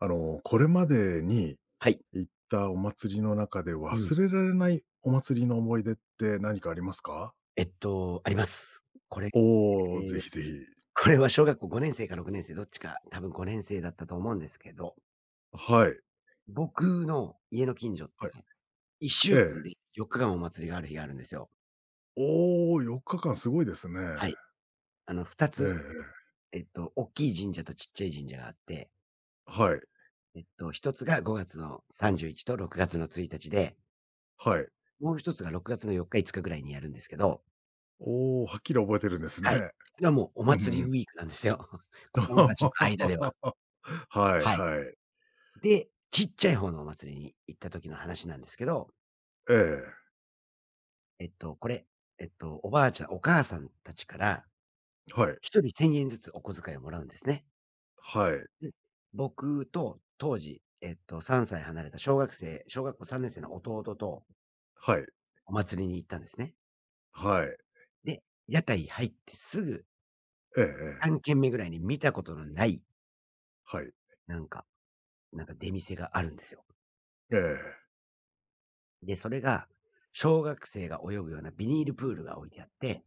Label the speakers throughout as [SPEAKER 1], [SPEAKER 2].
[SPEAKER 1] これまでに
[SPEAKER 2] はい。
[SPEAKER 1] 行ったお祭りの中で
[SPEAKER 2] うん。
[SPEAKER 1] 忘れられないお祭りの思い出って何かありますか？
[SPEAKER 2] あります。これ、え、
[SPEAKER 1] おお、ぜ ひぜひ。
[SPEAKER 2] これは小学校5年生か6年生どっちか、多分5年生だったと思うんですけど、
[SPEAKER 1] はい。
[SPEAKER 2] 僕の家の近所っ
[SPEAKER 1] は
[SPEAKER 2] て
[SPEAKER 1] い。
[SPEAKER 2] ね、1
[SPEAKER 1] え
[SPEAKER 2] 週
[SPEAKER 1] え。
[SPEAKER 2] 間で4日間お祭りがある日があるんですよ。
[SPEAKER 1] おお、4日間すごいですね。
[SPEAKER 2] はい。2つ、
[SPEAKER 1] ええ、
[SPEAKER 2] 大きい神社とちっちゃい神社があって、
[SPEAKER 1] はい。
[SPEAKER 2] 1つが5月の31と6月の1日で、
[SPEAKER 1] はい。
[SPEAKER 2] もう1つが6月の4日、5日ぐらいにやるんですけど、
[SPEAKER 1] おお、はっきり覚えてるんです
[SPEAKER 2] はい。
[SPEAKER 1] ね。
[SPEAKER 2] それはもうお
[SPEAKER 1] う
[SPEAKER 2] 祭
[SPEAKER 1] んう
[SPEAKER 2] りウ
[SPEAKER 1] ん。
[SPEAKER 2] ィークなんですよ。子供たちの間では。
[SPEAKER 1] はい
[SPEAKER 2] はい。
[SPEAKER 1] はい。
[SPEAKER 2] で、ちっちゃい方のお祭りに行った時の話なんですけど、
[SPEAKER 1] ええ。
[SPEAKER 2] えっと、これ、えっと、おばあちゃん、お母さんたちから、
[SPEAKER 1] はい。
[SPEAKER 2] 1人1000円ずつお小遣いをもらうんですね。
[SPEAKER 1] はい。
[SPEAKER 2] で、僕と当時、3歳離れた小学校3年生の弟と
[SPEAKER 1] はい。
[SPEAKER 2] お祭りに行ったんですね。
[SPEAKER 1] はい。
[SPEAKER 2] で、屋台入ってすぐ
[SPEAKER 1] ええええ。
[SPEAKER 2] 3軒目ぐらいに見たことのない、
[SPEAKER 1] はい。
[SPEAKER 2] なんかなんか出店があるんですよ。
[SPEAKER 1] ええ。
[SPEAKER 2] で、それが、小学生が泳ぐようなビニールプールが置いてあって、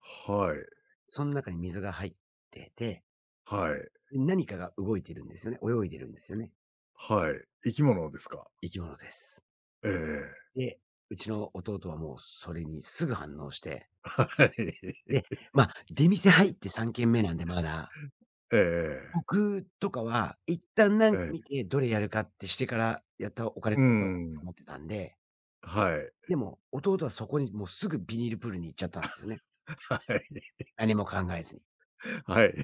[SPEAKER 1] はい。
[SPEAKER 2] その中に水が入ってて
[SPEAKER 1] はい。
[SPEAKER 2] 何かが動いてるんですよね。泳いでるんですよね。
[SPEAKER 1] はい。生き物ですか？
[SPEAKER 2] 生き物です。
[SPEAKER 1] ええ、
[SPEAKER 2] で、うちの弟はもうそれにすぐ反応して、
[SPEAKER 1] はい。
[SPEAKER 2] で、まあ、出店入って3軒目なんでまだ、
[SPEAKER 1] ええええ。
[SPEAKER 2] 僕とかは一旦なんか見てどれやるかってしてからやったお金
[SPEAKER 1] う
[SPEAKER 2] 使った方がいいと
[SPEAKER 1] ん。
[SPEAKER 2] 思ってたんで、
[SPEAKER 1] はい。
[SPEAKER 2] でも弟はそこにもうすぐビニールプールに行っちゃったんですよね。
[SPEAKER 1] はい。
[SPEAKER 2] 何も考えずに。
[SPEAKER 1] はい。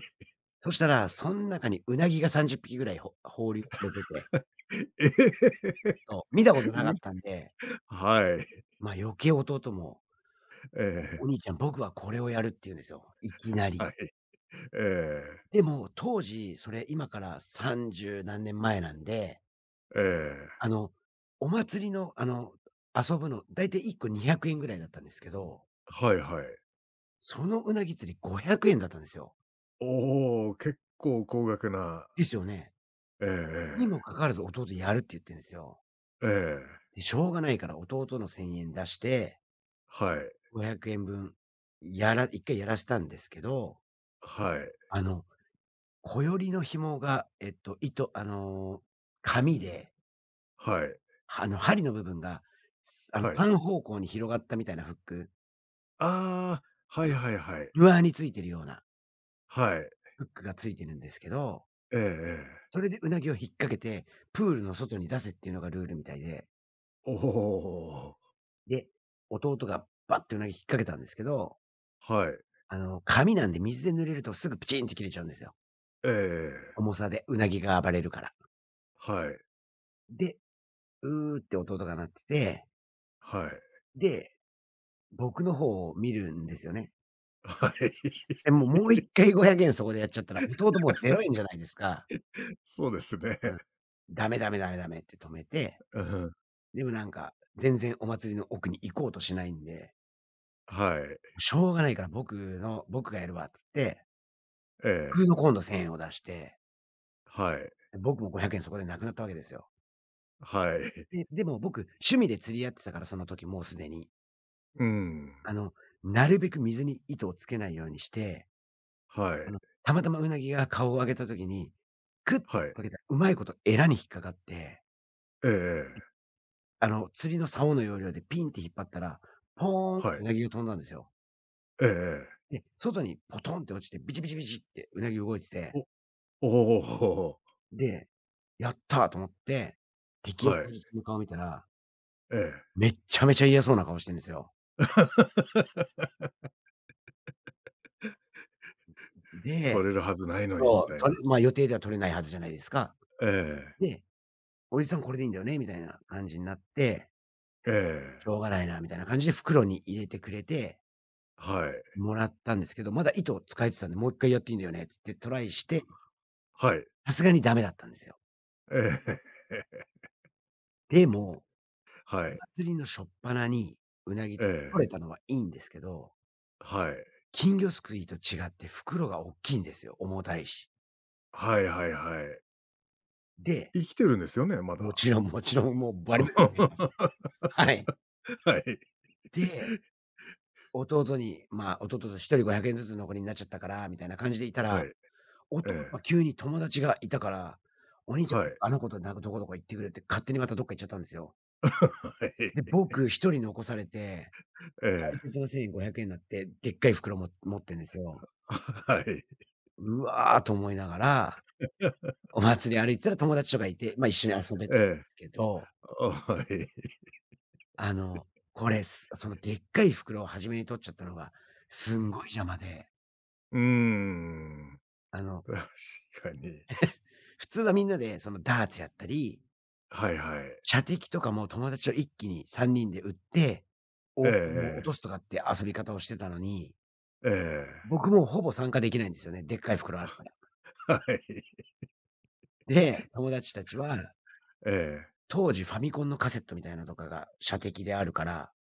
[SPEAKER 2] そしたら、その中にウナギが30匹ぐらい放流されてて、
[SPEAKER 1] ええ。
[SPEAKER 2] そう、見たことなか
[SPEAKER 1] うん。
[SPEAKER 2] ったんで、
[SPEAKER 1] はい。
[SPEAKER 2] ま、余計弟も
[SPEAKER 1] え
[SPEAKER 2] お
[SPEAKER 1] え。
[SPEAKER 2] 兄ちゃん、僕はこれをやるって言うんですよ。いきなり。
[SPEAKER 1] はい。ええ。
[SPEAKER 2] でも、当時、それ今から30何年前なんで、
[SPEAKER 1] ええ。
[SPEAKER 2] あの、お祭りの、遊ぶの、だいたい1個200円ぐらいだったんですけど、
[SPEAKER 1] はいはい。
[SPEAKER 2] そのうなぎ釣り500円だったんですよ。
[SPEAKER 1] おお、結構高額な。
[SPEAKER 2] ですよね。
[SPEAKER 1] え
[SPEAKER 2] にも
[SPEAKER 1] ええ
[SPEAKER 2] かかわらず弟やるって言ってんですよ。
[SPEAKER 1] え。ええ。
[SPEAKER 2] で、しょうがないから弟の1000円出して、
[SPEAKER 1] はい。
[SPEAKER 2] 500円分、1回やらせたんですけど、
[SPEAKER 1] はい。
[SPEAKER 2] あの、こよりの紐が、えっと、糸あの、紙で
[SPEAKER 1] はい。
[SPEAKER 2] 針の部分が、
[SPEAKER 1] はい。
[SPEAKER 2] 3方向に広がったみたいなフック、
[SPEAKER 1] ああ、は
[SPEAKER 2] あ
[SPEAKER 1] い
[SPEAKER 2] の、
[SPEAKER 1] はいはい。
[SPEAKER 2] ルアーについてるような
[SPEAKER 1] はい。
[SPEAKER 2] フックがついてるんですけど、
[SPEAKER 1] ええええ。
[SPEAKER 2] それでうなぎを引っ掛けて、プールの外に出せっていうのがルールみたいで、
[SPEAKER 1] おお。
[SPEAKER 2] で、弟がバッてうなぎ引っ掛けたんですけど、
[SPEAKER 1] はい。
[SPEAKER 2] 紙なんで水で濡れるとすぐプチンって切れちゃうんですよ。
[SPEAKER 1] ええええ。
[SPEAKER 2] 重さでうなぎが暴れるから。
[SPEAKER 1] はい。
[SPEAKER 2] で、うーって弟が鳴ってて、
[SPEAKER 1] はいはいはいああはいはいはいはいええええおおはいええはいはい
[SPEAKER 2] で、僕の方を見るんですよね。
[SPEAKER 1] はい。
[SPEAKER 2] で、も うもう1回500円そこでやっちゃったら、弟もうゼロ円じゃないですか。
[SPEAKER 1] そうですね。
[SPEAKER 2] うん。ダメダメダメダメって止めて、
[SPEAKER 1] うん。
[SPEAKER 2] でもなんか、全然お祭りの奥に行こうとしないんで、
[SPEAKER 1] はい。
[SPEAKER 2] しょうがないから僕がやるわっつって、
[SPEAKER 1] え
[SPEAKER 2] 僕
[SPEAKER 1] え。
[SPEAKER 2] の今度1000円を出して、
[SPEAKER 1] はい。
[SPEAKER 2] 僕も500円そこでなくなったわけですよ。
[SPEAKER 1] はい。
[SPEAKER 2] で、でも僕、趣味で釣りやってたから、その時もうすでに。
[SPEAKER 1] うん。
[SPEAKER 2] あの、なるべく水に糸をつけないようにして、
[SPEAKER 1] はい。
[SPEAKER 2] たまたまうなぎが顔を上げた時に、クッて引っ
[SPEAKER 1] はい。
[SPEAKER 2] 掛けたら、うまいことエラに引っかかって、
[SPEAKER 1] ええ、
[SPEAKER 2] 釣りの竿の要領でピンって引っ張ったら、ポーンっ
[SPEAKER 1] は
[SPEAKER 2] てう
[SPEAKER 1] い。
[SPEAKER 2] なぎが飛んだんですよ。
[SPEAKER 1] えええ。
[SPEAKER 2] で、外にポトンって落ちて、ビチビチビチってうなぎ動いてて、
[SPEAKER 1] お、おお、
[SPEAKER 2] で、やったと思って、敵
[SPEAKER 1] は
[SPEAKER 2] 役のお
[SPEAKER 1] い。
[SPEAKER 2] じさんの顔見たら、
[SPEAKER 1] ええ。
[SPEAKER 2] めっちゃめちゃ嫌そうな顔してんですよ。で、
[SPEAKER 1] 取れるはずないのにみ
[SPEAKER 2] そう、
[SPEAKER 1] たいな。
[SPEAKER 2] まあ、予定では取れないはずじゃないですか。
[SPEAKER 1] ええ。
[SPEAKER 2] で、おじさんこれでいいんだよね、みたいな感じになって、
[SPEAKER 1] え
[SPEAKER 2] し
[SPEAKER 1] え。
[SPEAKER 2] ょうがないなみたいな感じで袋に入れてくれて、
[SPEAKER 1] はい。
[SPEAKER 2] もらったんですけど、まだ糸を使えてたんで、もう一回やっていいんだよねって言ってトライして、
[SPEAKER 1] はい。
[SPEAKER 2] さすがにダメだったんですよ。
[SPEAKER 1] ええ。
[SPEAKER 2] でも、
[SPEAKER 1] はい。
[SPEAKER 2] 祭りの初っ端にうなぎ
[SPEAKER 1] え
[SPEAKER 2] 取
[SPEAKER 1] え。
[SPEAKER 2] れたのはいいんですけど
[SPEAKER 1] はい。
[SPEAKER 2] 金魚すくいと違って袋がおっきいんですよ、重たいし。
[SPEAKER 1] はいはいはい。
[SPEAKER 2] で、
[SPEAKER 1] 生きてるんですよね、ま
[SPEAKER 2] も
[SPEAKER 1] だ。
[SPEAKER 2] ちろんもちろん、もうバリバリ泳いでます。はい。
[SPEAKER 1] はい。
[SPEAKER 2] で、弟に、まあ、弟と一人500円ずつ残りになっちゃったから、みたいな感じでいた
[SPEAKER 1] は
[SPEAKER 2] ら、
[SPEAKER 1] い。え
[SPEAKER 2] 弟
[SPEAKER 1] え。
[SPEAKER 2] は急に友達がいたから、お兄ちゃん、
[SPEAKER 1] はい。
[SPEAKER 2] あの子となんかどこどこ行ってくれって、勝手にまたどっか行っちゃったんですよ。
[SPEAKER 1] は
[SPEAKER 2] で、
[SPEAKER 1] い。
[SPEAKER 2] 僕一人残されて、
[SPEAKER 1] え
[SPEAKER 2] 大
[SPEAKER 1] え。
[SPEAKER 2] 切な1000円、500円になって、でっかい袋も持ってんですよ。
[SPEAKER 1] はい。
[SPEAKER 2] うわーと思いながら、お祭り歩いてたら友達とかいて、ま、一緒に遊べた
[SPEAKER 1] え
[SPEAKER 2] んで
[SPEAKER 1] え、
[SPEAKER 2] すけど
[SPEAKER 1] はい。
[SPEAKER 2] あの、これ、すそのでっかい袋を初めに取っちゃったのが、すんごい邪魔で、
[SPEAKER 1] うーん、
[SPEAKER 2] あの、
[SPEAKER 1] 確かに。
[SPEAKER 2] 普通はみんなでそのダーツやったり、
[SPEAKER 1] はいはい。
[SPEAKER 2] 射的とかも友達と一気に3人で撃って、
[SPEAKER 1] ええ
[SPEAKER 2] おもう落と
[SPEAKER 1] ええ。
[SPEAKER 2] すとかって遊び方をしてたのに、
[SPEAKER 1] ええ。
[SPEAKER 2] 僕もうほぼ参加できないんですよね、でっかい袋あるから。
[SPEAKER 1] はい。
[SPEAKER 2] で、友達たちは、
[SPEAKER 1] ええ。
[SPEAKER 2] 当時ファミコンのカセットみたいなのとかが射的であるから、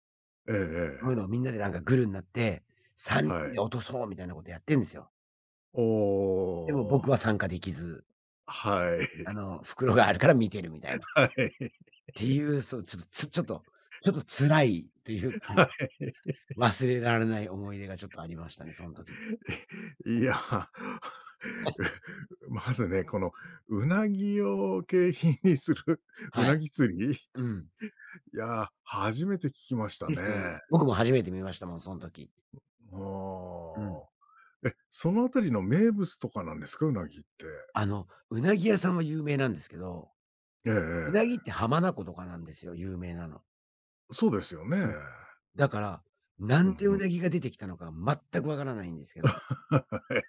[SPEAKER 1] ええ
[SPEAKER 2] そういう
[SPEAKER 1] ええ。
[SPEAKER 2] のをみんなでなんかグルになって、3
[SPEAKER 1] は
[SPEAKER 2] 人で
[SPEAKER 1] い。
[SPEAKER 2] 落とそうみたいなことやってんですよ。
[SPEAKER 1] お
[SPEAKER 2] でも
[SPEAKER 1] お、
[SPEAKER 2] 僕は参加できず
[SPEAKER 1] はい。
[SPEAKER 2] 袋があるから見てるみたいな。っ
[SPEAKER 1] はい、
[SPEAKER 2] ていう、そう、ちょっと、つちょっと、ちょっと辛いというか、
[SPEAKER 1] はい。
[SPEAKER 2] 忘れられない思い出がちょっとありましたね、その時。
[SPEAKER 1] いや、まずね、このうなぎを景品にするう
[SPEAKER 2] は
[SPEAKER 1] な
[SPEAKER 2] い。
[SPEAKER 1] ぎ釣り、
[SPEAKER 2] うん。
[SPEAKER 1] いや、初めて聞きました
[SPEAKER 2] ですよね。
[SPEAKER 1] ね。
[SPEAKER 2] 僕も初めて見ましたもん、その時。
[SPEAKER 1] お
[SPEAKER 2] うん。
[SPEAKER 1] お。え、そのあたりの名物とかなんですか？うなぎって。
[SPEAKER 2] うなぎ屋さんは有名なんですけど、
[SPEAKER 1] えええ
[SPEAKER 2] うなぎっ
[SPEAKER 1] え。
[SPEAKER 2] て浜名湖とかなんですよ、有名なの。
[SPEAKER 1] そうですよね。
[SPEAKER 2] うん。だから、な
[SPEAKER 1] うん
[SPEAKER 2] んで
[SPEAKER 1] う
[SPEAKER 2] う
[SPEAKER 1] ん。
[SPEAKER 2] なぎが出てきたのか全くわからないんですけど。
[SPEAKER 1] は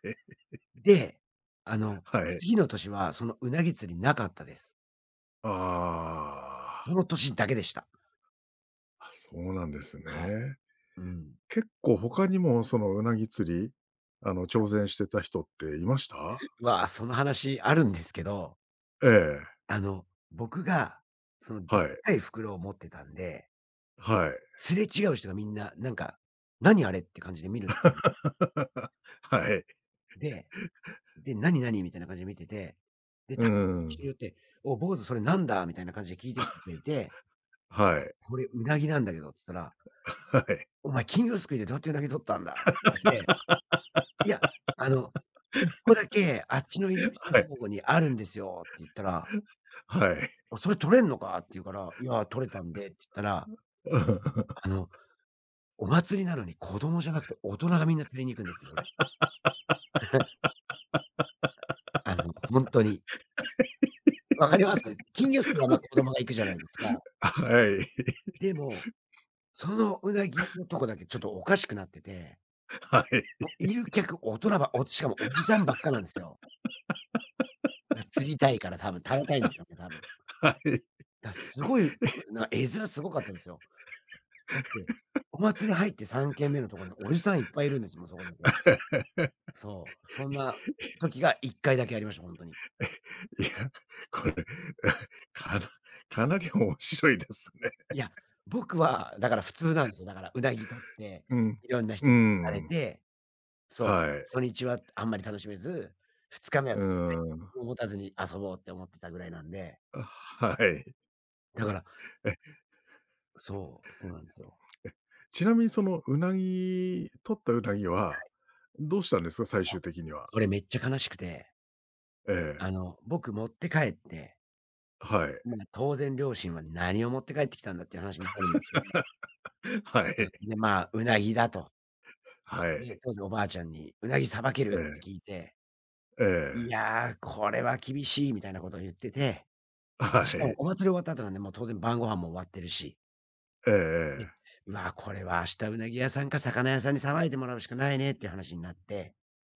[SPEAKER 1] い。
[SPEAKER 2] で、あの、
[SPEAKER 1] はい。
[SPEAKER 2] 次の年はそのうなぎ釣りなかったです。そ
[SPEAKER 1] あ
[SPEAKER 2] の年だけでした。
[SPEAKER 1] あ、あ、そうなんですね。
[SPEAKER 2] はい。うん。
[SPEAKER 1] 結構他にもそのうなぎ釣り、挑戦してた人っていました？
[SPEAKER 2] その話あるんですけど、
[SPEAKER 1] ええ、
[SPEAKER 2] あの、僕が、そので
[SPEAKER 1] はい、
[SPEAKER 2] っかい袋を持ってたんで、
[SPEAKER 1] はい。
[SPEAKER 2] すれ違う人がみんな、なんか、「何あれ？」って感じで見るんですよね。
[SPEAKER 1] はい。
[SPEAKER 2] で、で、「何々？」みたいな感じで見てて、で、
[SPEAKER 1] うー
[SPEAKER 2] たぶん人に
[SPEAKER 1] ん。
[SPEAKER 2] よって、「お、坊主それなんだ？」みたいな感じで聞いてくる人いて、
[SPEAKER 1] はい。
[SPEAKER 2] 「これうなぎなんだけど」っつったら、
[SPEAKER 1] はい。
[SPEAKER 2] 「お前金魚すくいでどうやってうなぎ取ったんだ？」って言われて、「いや、あの、1個だけあっちの入り口の
[SPEAKER 1] はい。
[SPEAKER 2] 方にあるんですよ」って言ったら、
[SPEAKER 1] はい。
[SPEAKER 2] 「それ取れんのか？」って言うから、「いや、取れたんで」って言ったら
[SPEAKER 1] うん、
[SPEAKER 2] あの、お祭りなのに子供じゃなくて大人がみんな釣りに行くんですよ、これ。本当に。わかります？金魚すくいは、ま、子供が行くじゃないですか。
[SPEAKER 1] はい。
[SPEAKER 2] でも、そのうなぎのとこだけちょっとおかしくなってて、
[SPEAKER 1] はい。
[SPEAKER 2] もういる客大人しかもおじさんばっかなんですよ。だから釣りたいから多分食べたいんでしょうね、多分。
[SPEAKER 1] はい。
[SPEAKER 2] すごい、このなんか絵面すごかったですよ。だって、お祭り入って3軒目のところにおじさんいっぱいいるんですもん、そこだけ。そう、そんな時が1回だけありました、本当に。
[SPEAKER 1] いや、これ、かなかなり面白いですね。
[SPEAKER 2] いや、僕はだから普通なんですよ。だからうなぎ取って、
[SPEAKER 1] うん。
[SPEAKER 2] いろんな
[SPEAKER 1] うー
[SPEAKER 2] 人に聞かれ
[SPEAKER 1] ん。
[SPEAKER 2] て、そ
[SPEAKER 1] は
[SPEAKER 2] う、
[SPEAKER 1] い。
[SPEAKER 2] 初日はあんまり楽しめず、2日目は
[SPEAKER 1] う
[SPEAKER 2] 絶対
[SPEAKER 1] ーん。
[SPEAKER 2] を持たずに遊ぼうって思ってたぐらいなんで、
[SPEAKER 1] はい。
[SPEAKER 2] だから
[SPEAKER 1] え、
[SPEAKER 2] そう、そうなんですよ。
[SPEAKER 1] ちなみにそのうなぎ取ったうなぎは、どうしたんですか？最
[SPEAKER 2] あ、
[SPEAKER 1] 終的には。
[SPEAKER 2] これめっちゃ悲しくて、
[SPEAKER 1] ええ、
[SPEAKER 2] 僕持って帰って、
[SPEAKER 1] はい。
[SPEAKER 2] まあ、当然両親は何を持って帰ってきたんだっていう話になるんですけども、
[SPEAKER 1] は
[SPEAKER 2] うん、
[SPEAKER 1] い。
[SPEAKER 2] で、まあ、うなぎだと。
[SPEAKER 1] はい。
[SPEAKER 2] で、当時おばあちゃんにうなぎ捌け
[SPEAKER 1] え
[SPEAKER 2] るって
[SPEAKER 1] え、
[SPEAKER 2] 聞いて、
[SPEAKER 1] え
[SPEAKER 2] い
[SPEAKER 1] え、
[SPEAKER 2] やー、これは厳しいみたいなことを言ってて、
[SPEAKER 1] は
[SPEAKER 2] しかも
[SPEAKER 1] い。
[SPEAKER 2] お祭り終わった後なんで、もう当然晩ご飯も終わってるし、え
[SPEAKER 1] ええ
[SPEAKER 2] うわ、これは明日うなぎ屋さんか魚屋さんにさばいてもらうしかないね」っていう話になって、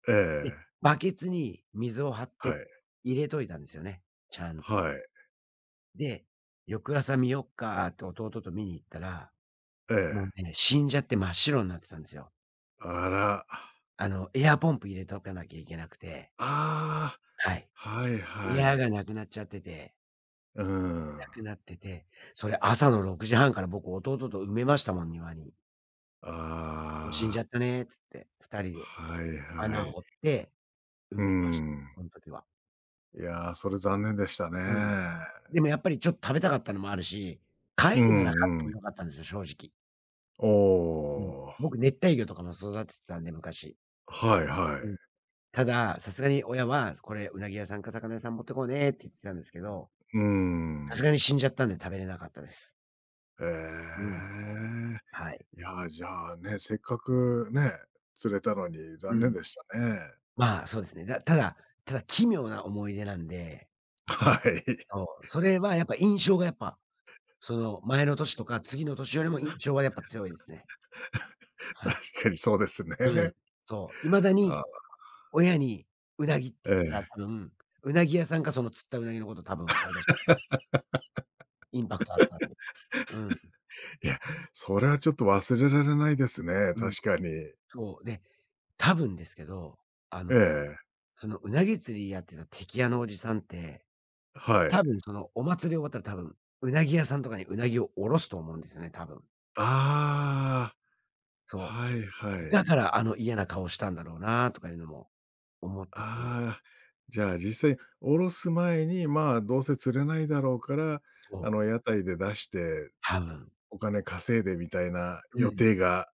[SPEAKER 1] ええ。
[SPEAKER 2] で、
[SPEAKER 1] ええ。
[SPEAKER 2] バケツに水を張っ
[SPEAKER 1] は
[SPEAKER 2] て
[SPEAKER 1] い。
[SPEAKER 2] 入れといたんですよね、ちゃんと。
[SPEAKER 1] はい。
[SPEAKER 2] で、翌朝見よっかって弟と見に行ったら、
[SPEAKER 1] え
[SPEAKER 2] もう
[SPEAKER 1] え。
[SPEAKER 2] ね、死んじゃって真っ白になってたんですよ。
[SPEAKER 1] あら。
[SPEAKER 2] エアポンプ入れとかなきゃいけなくて、
[SPEAKER 1] あ
[SPEAKER 2] はい。
[SPEAKER 1] あ、はいはいは
[SPEAKER 2] エ
[SPEAKER 1] いええええはいええええはいはいええあらああはいは
[SPEAKER 2] アが
[SPEAKER 1] い
[SPEAKER 2] なくなっちゃってて
[SPEAKER 1] うー
[SPEAKER 2] な
[SPEAKER 1] ん。
[SPEAKER 2] くなってて、それ朝の6時半から僕弟と埋めましたもん、庭に。
[SPEAKER 1] あ
[SPEAKER 2] 「死んじゃ
[SPEAKER 1] あ。
[SPEAKER 2] ったね」つって、2人で
[SPEAKER 1] はい
[SPEAKER 2] 穴
[SPEAKER 1] はい。
[SPEAKER 2] 掘って埋
[SPEAKER 1] うー
[SPEAKER 2] めました、
[SPEAKER 1] ん。
[SPEAKER 2] その時は。
[SPEAKER 1] いやー、それ残念でした
[SPEAKER 2] うん。
[SPEAKER 1] ね。
[SPEAKER 2] でもやっぱりちょっと食べたかったのもあるし、飼え
[SPEAKER 1] う
[SPEAKER 2] るな
[SPEAKER 1] ん
[SPEAKER 2] ら飼っても
[SPEAKER 1] うん。
[SPEAKER 2] よかったんですよ、正直。
[SPEAKER 1] お
[SPEAKER 2] うん。
[SPEAKER 1] ー
[SPEAKER 2] 僕、熱帯魚とかも育ててたんで、昔。
[SPEAKER 1] はいは
[SPEAKER 2] う
[SPEAKER 1] い。
[SPEAKER 2] ん。ただ、さすがに親は「これ、うなぎ屋さんか魚屋さん持ってこうね」って言ってたんですけど、
[SPEAKER 1] うー
[SPEAKER 2] さす
[SPEAKER 1] ん。
[SPEAKER 2] がに死んじゃったんで食べれなかったです。う
[SPEAKER 1] え
[SPEAKER 2] ん。
[SPEAKER 1] え。
[SPEAKER 2] はい。
[SPEAKER 1] いやー、じゃあね、せっかくね、釣れたのに
[SPEAKER 2] う
[SPEAKER 1] 残念
[SPEAKER 2] ん。
[SPEAKER 1] でしたね。
[SPEAKER 2] まあ、そうですね。ただただ奇妙な思い出なんで、
[SPEAKER 1] はい。
[SPEAKER 2] そう、それはやっぱ印象がやっぱその前の年とか次の年よりも印象はやっぱ強いですね。はい。
[SPEAKER 1] 確かにそうですね。
[SPEAKER 2] うん。そう、未だに
[SPEAKER 1] あ、
[SPEAKER 2] 親にうなぎって
[SPEAKER 1] え
[SPEAKER 2] 言ったら
[SPEAKER 1] え。
[SPEAKER 2] 多分、うなぎ屋さんかその釣ったうなぎのこと多分思い出しますもんインパクトあったんで。うん、
[SPEAKER 1] いや、それはちょっと忘れられないですね、
[SPEAKER 2] うん。
[SPEAKER 1] 確かに。
[SPEAKER 2] そう、で、多分ですけど、あの、
[SPEAKER 1] ええ。
[SPEAKER 2] そのうなぎ釣りやってた敵屋のおじさんって、
[SPEAKER 1] はい。
[SPEAKER 2] 多分そのお祭り終わったら多分、うなぎ屋さんとかにうなぎを卸すと思うんですよね、多分。
[SPEAKER 1] ああ、
[SPEAKER 2] そ
[SPEAKER 1] はいは
[SPEAKER 2] う。
[SPEAKER 1] い。
[SPEAKER 2] だからあの嫌な顔したんだろうなとかいうのも思ったし、
[SPEAKER 1] ああ、じゃあ実際おろす前に、まあ、どうせ釣れないだろうから、
[SPEAKER 2] そう。
[SPEAKER 1] 屋台で出して
[SPEAKER 2] 多分。
[SPEAKER 1] お金稼いでみたいな
[SPEAKER 2] う
[SPEAKER 1] 予
[SPEAKER 2] ん。
[SPEAKER 1] 定が、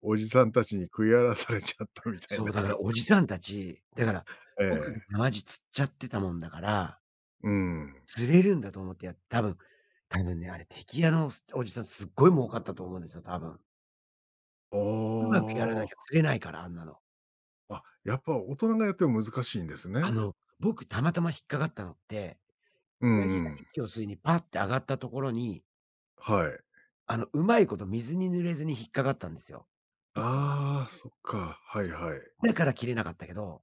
[SPEAKER 1] おじさんたちに食い荒らされちゃったみたい
[SPEAKER 2] そう、
[SPEAKER 1] な。
[SPEAKER 2] だからお じさんたち、だから
[SPEAKER 1] え
[SPEAKER 2] 僕が
[SPEAKER 1] え。
[SPEAKER 2] マジ釣っちゃってたもんだから、
[SPEAKER 1] うん。
[SPEAKER 2] 釣れるんだと思って多分、多分ね、あれ、テ屋のおじさんすっごい儲かったと思うんですよ、多分。
[SPEAKER 1] お
[SPEAKER 2] うまくやらなきゃ釣れないから、あんなの。
[SPEAKER 1] あ、あ、やっぱ大人がやっても難しいんです
[SPEAKER 2] あ
[SPEAKER 1] ね。
[SPEAKER 2] の、僕たまたま引っかかったのって、
[SPEAKER 1] うん
[SPEAKER 2] ウナギ
[SPEAKER 1] う
[SPEAKER 2] が
[SPEAKER 1] ん。
[SPEAKER 2] 息を吸いにパッて上がったところに、
[SPEAKER 1] はい。
[SPEAKER 2] うまいこと水に濡れずに引っかかったんですよ、1が。
[SPEAKER 1] ああ、そっか。はいはい。
[SPEAKER 2] だから切れなかったけど、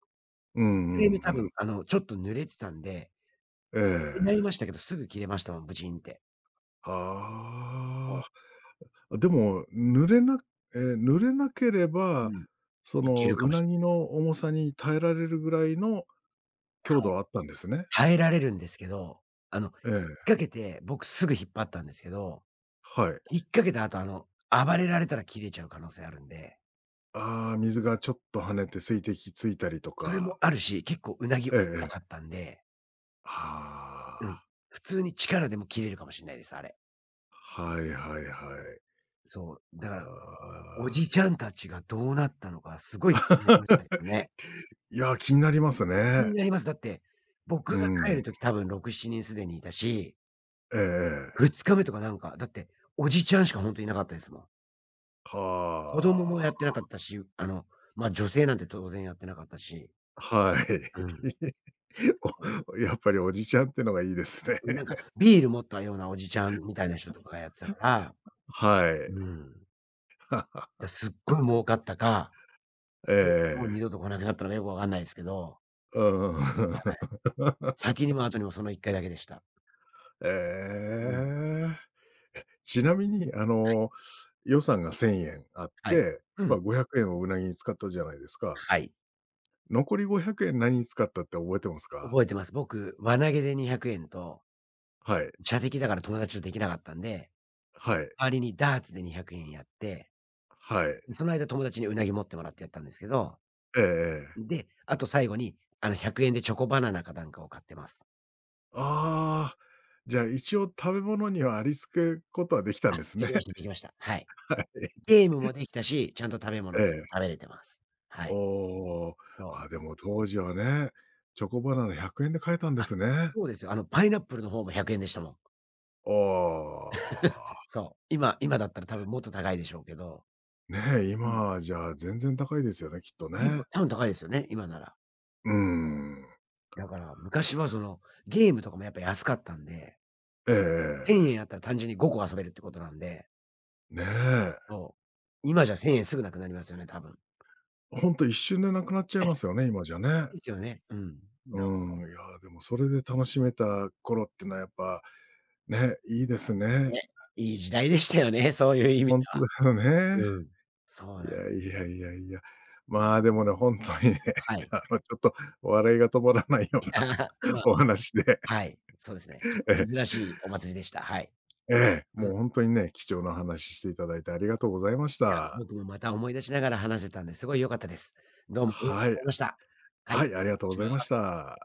[SPEAKER 1] うんう
[SPEAKER 2] 一回目
[SPEAKER 1] んう
[SPEAKER 2] 多分
[SPEAKER 1] ん。
[SPEAKER 2] ちょっと濡れてたんで、
[SPEAKER 1] え
[SPEAKER 2] でな
[SPEAKER 1] え。
[SPEAKER 2] りましたけど、すぐ切れましたもん、ブチンって。
[SPEAKER 1] は
[SPEAKER 2] こ
[SPEAKER 1] あ。でも、濡れなけれ
[SPEAKER 2] うう
[SPEAKER 1] ば、
[SPEAKER 2] ん、
[SPEAKER 1] そ
[SPEAKER 2] け
[SPEAKER 1] の、
[SPEAKER 2] るか
[SPEAKER 1] う
[SPEAKER 2] も
[SPEAKER 1] な
[SPEAKER 2] し
[SPEAKER 1] ぎの重さに耐えられるぐらいの
[SPEAKER 2] れない。
[SPEAKER 1] 強
[SPEAKER 2] はい。
[SPEAKER 1] 度はあったんですね。
[SPEAKER 2] 耐えられるんですけど、あの、引
[SPEAKER 1] え
[SPEAKER 2] っ
[SPEAKER 1] え、
[SPEAKER 2] 掛けて、僕すぐ引っ張ったんですけど、
[SPEAKER 1] はい。
[SPEAKER 2] 引っ掛けた後、暴れられたら切れちゃう可能性あるんで、
[SPEAKER 1] ああ、水がちょっと跳ねて水滴ついたりと
[SPEAKER 2] それも
[SPEAKER 1] か。
[SPEAKER 2] あるし、結構うなぎ
[SPEAKER 1] ええ
[SPEAKER 2] 重
[SPEAKER 1] え
[SPEAKER 2] たかっ
[SPEAKER 1] え。
[SPEAKER 2] たんで、うん、
[SPEAKER 1] あ
[SPEAKER 2] 普通に力でも切れるかもしれないです、あれ。
[SPEAKER 1] あ、はいはいはい。
[SPEAKER 2] そう、だか
[SPEAKER 1] あ
[SPEAKER 2] ら、お
[SPEAKER 1] あ。
[SPEAKER 2] じちゃんたちがどうなったのか、すごい気になりましたけ どね。
[SPEAKER 1] いや、気になります
[SPEAKER 2] 気に
[SPEAKER 1] ね。
[SPEAKER 2] なります。だって、僕
[SPEAKER 1] う
[SPEAKER 2] が帰る
[SPEAKER 1] ん。
[SPEAKER 2] 時多分6、7人すでにいたし、
[SPEAKER 1] えええ。
[SPEAKER 2] 2日目とかなんか、だって、おじちゃんしかほんといなかったですもん。
[SPEAKER 1] は
[SPEAKER 2] 子供もやってなかったし、まあ、女性なんて当然やってなかったし、
[SPEAKER 1] あ、はい。
[SPEAKER 2] うん。
[SPEAKER 1] おやっぱりおじちゃんってのがいいですね。
[SPEAKER 2] なんかビール持ったようなおじちゃんみたいな人とかがやってたか ら、
[SPEAKER 1] はい。
[SPEAKER 2] うん。すっごい儲かったか、
[SPEAKER 1] え
[SPEAKER 2] もう二
[SPEAKER 1] え、
[SPEAKER 2] 度と来なくなったのかよくわかんないですけど、
[SPEAKER 1] うん。
[SPEAKER 2] はい。先にも後にもその一回だけでした。うん。
[SPEAKER 1] ええ。ちなみに、
[SPEAKER 2] はい。
[SPEAKER 1] 予算が ¥1000 あっ
[SPEAKER 2] はい。
[SPEAKER 1] て、
[SPEAKER 2] う
[SPEAKER 1] まあ、
[SPEAKER 2] ん。
[SPEAKER 1] ¥500 をうなぎに使ったじゃないですか。
[SPEAKER 2] はい。
[SPEAKER 1] 残り ¥500 何に使ったって覚えてますか？
[SPEAKER 2] 覚えてます。僕、輪投げで ¥200 と、
[SPEAKER 1] はい。
[SPEAKER 2] 射的だから友達とできなかったんで、
[SPEAKER 1] はい。
[SPEAKER 2] 代わりにダーツで ¥200 やって、
[SPEAKER 1] はい。
[SPEAKER 2] その間友達にうなぎ持ってもらってやったんですけど、
[SPEAKER 1] ええ
[SPEAKER 2] で、あと最後に、100円でチョコバナナかなんかを買ってます。
[SPEAKER 1] ああー、じゃあ、一応食べ物にはありつけることはできたん
[SPEAKER 2] あ、
[SPEAKER 1] です
[SPEAKER 2] で
[SPEAKER 1] ね。
[SPEAKER 2] きましたできました。はい。
[SPEAKER 1] はい。
[SPEAKER 2] ゲームもできたし、ちゃんと食べ物
[SPEAKER 1] え
[SPEAKER 2] も食
[SPEAKER 1] え。
[SPEAKER 2] べれてます。はい。
[SPEAKER 1] おー
[SPEAKER 2] そう。
[SPEAKER 1] あ、でも当時はね、チョコバナナ ¥100 で買えたんで
[SPEAKER 2] あ、
[SPEAKER 1] すね。
[SPEAKER 2] そうですよ。パイナップルの方も100円でしたもん。
[SPEAKER 1] あー
[SPEAKER 2] そう。今だったら多分もっと高いでしょうけど。
[SPEAKER 1] ねえ、
[SPEAKER 2] うん。
[SPEAKER 1] 今じゃあ全然高いですよね、きっと
[SPEAKER 2] でも
[SPEAKER 1] ね。
[SPEAKER 2] 多分高いですよね、今なら。
[SPEAKER 1] うーん。
[SPEAKER 2] だから昔はその、ゲームとかもやっぱ安かったんで、
[SPEAKER 1] えええ
[SPEAKER 2] 1000
[SPEAKER 1] え。
[SPEAKER 2] 円あったら単純に5個遊べるってことなんで、
[SPEAKER 1] ねえ。
[SPEAKER 2] そう。今じゃ1000円すぐなくなりますよね、多分。
[SPEAKER 1] ほんと一瞬でなくなっちゃいますよね、今じゃね。
[SPEAKER 2] ですよね。うん。
[SPEAKER 1] うーん、いや、でもそれで楽しめた頃ってのはやっぱ、ね、いいですね。
[SPEAKER 2] ね、いい時代でしたよね、そういう意味
[SPEAKER 1] ほ
[SPEAKER 2] で
[SPEAKER 1] んと
[SPEAKER 2] は。
[SPEAKER 1] ですよね。
[SPEAKER 2] うん。そう
[SPEAKER 1] い
[SPEAKER 2] なんで
[SPEAKER 1] や
[SPEAKER 2] す。
[SPEAKER 1] いやいやいや。まあ、でもね、ほんとにね、
[SPEAKER 2] はい。
[SPEAKER 1] ちょっと笑いが止まらない よ
[SPEAKER 2] い
[SPEAKER 1] うな
[SPEAKER 2] や、ま あ、
[SPEAKER 1] お話で、
[SPEAKER 2] はい、そうですね。ちょ っと
[SPEAKER 1] え
[SPEAKER 2] 珍しいお祭りでした。はい。
[SPEAKER 1] え、ええ、
[SPEAKER 2] うん。い
[SPEAKER 1] もうほんとにね、貴重な話していただいてありがとうございまし
[SPEAKER 2] や、
[SPEAKER 1] た。
[SPEAKER 2] 僕もまた思い出しながら話せたんで、すごい良かったです。どうもありがとう
[SPEAKER 1] は
[SPEAKER 2] ご
[SPEAKER 1] い。
[SPEAKER 2] ざいました。はい、
[SPEAKER 1] は
[SPEAKER 2] 失
[SPEAKER 1] い、ありがと
[SPEAKER 2] 礼
[SPEAKER 1] うご
[SPEAKER 2] し
[SPEAKER 1] ざ
[SPEAKER 2] ま
[SPEAKER 1] いまし
[SPEAKER 2] す。
[SPEAKER 1] た。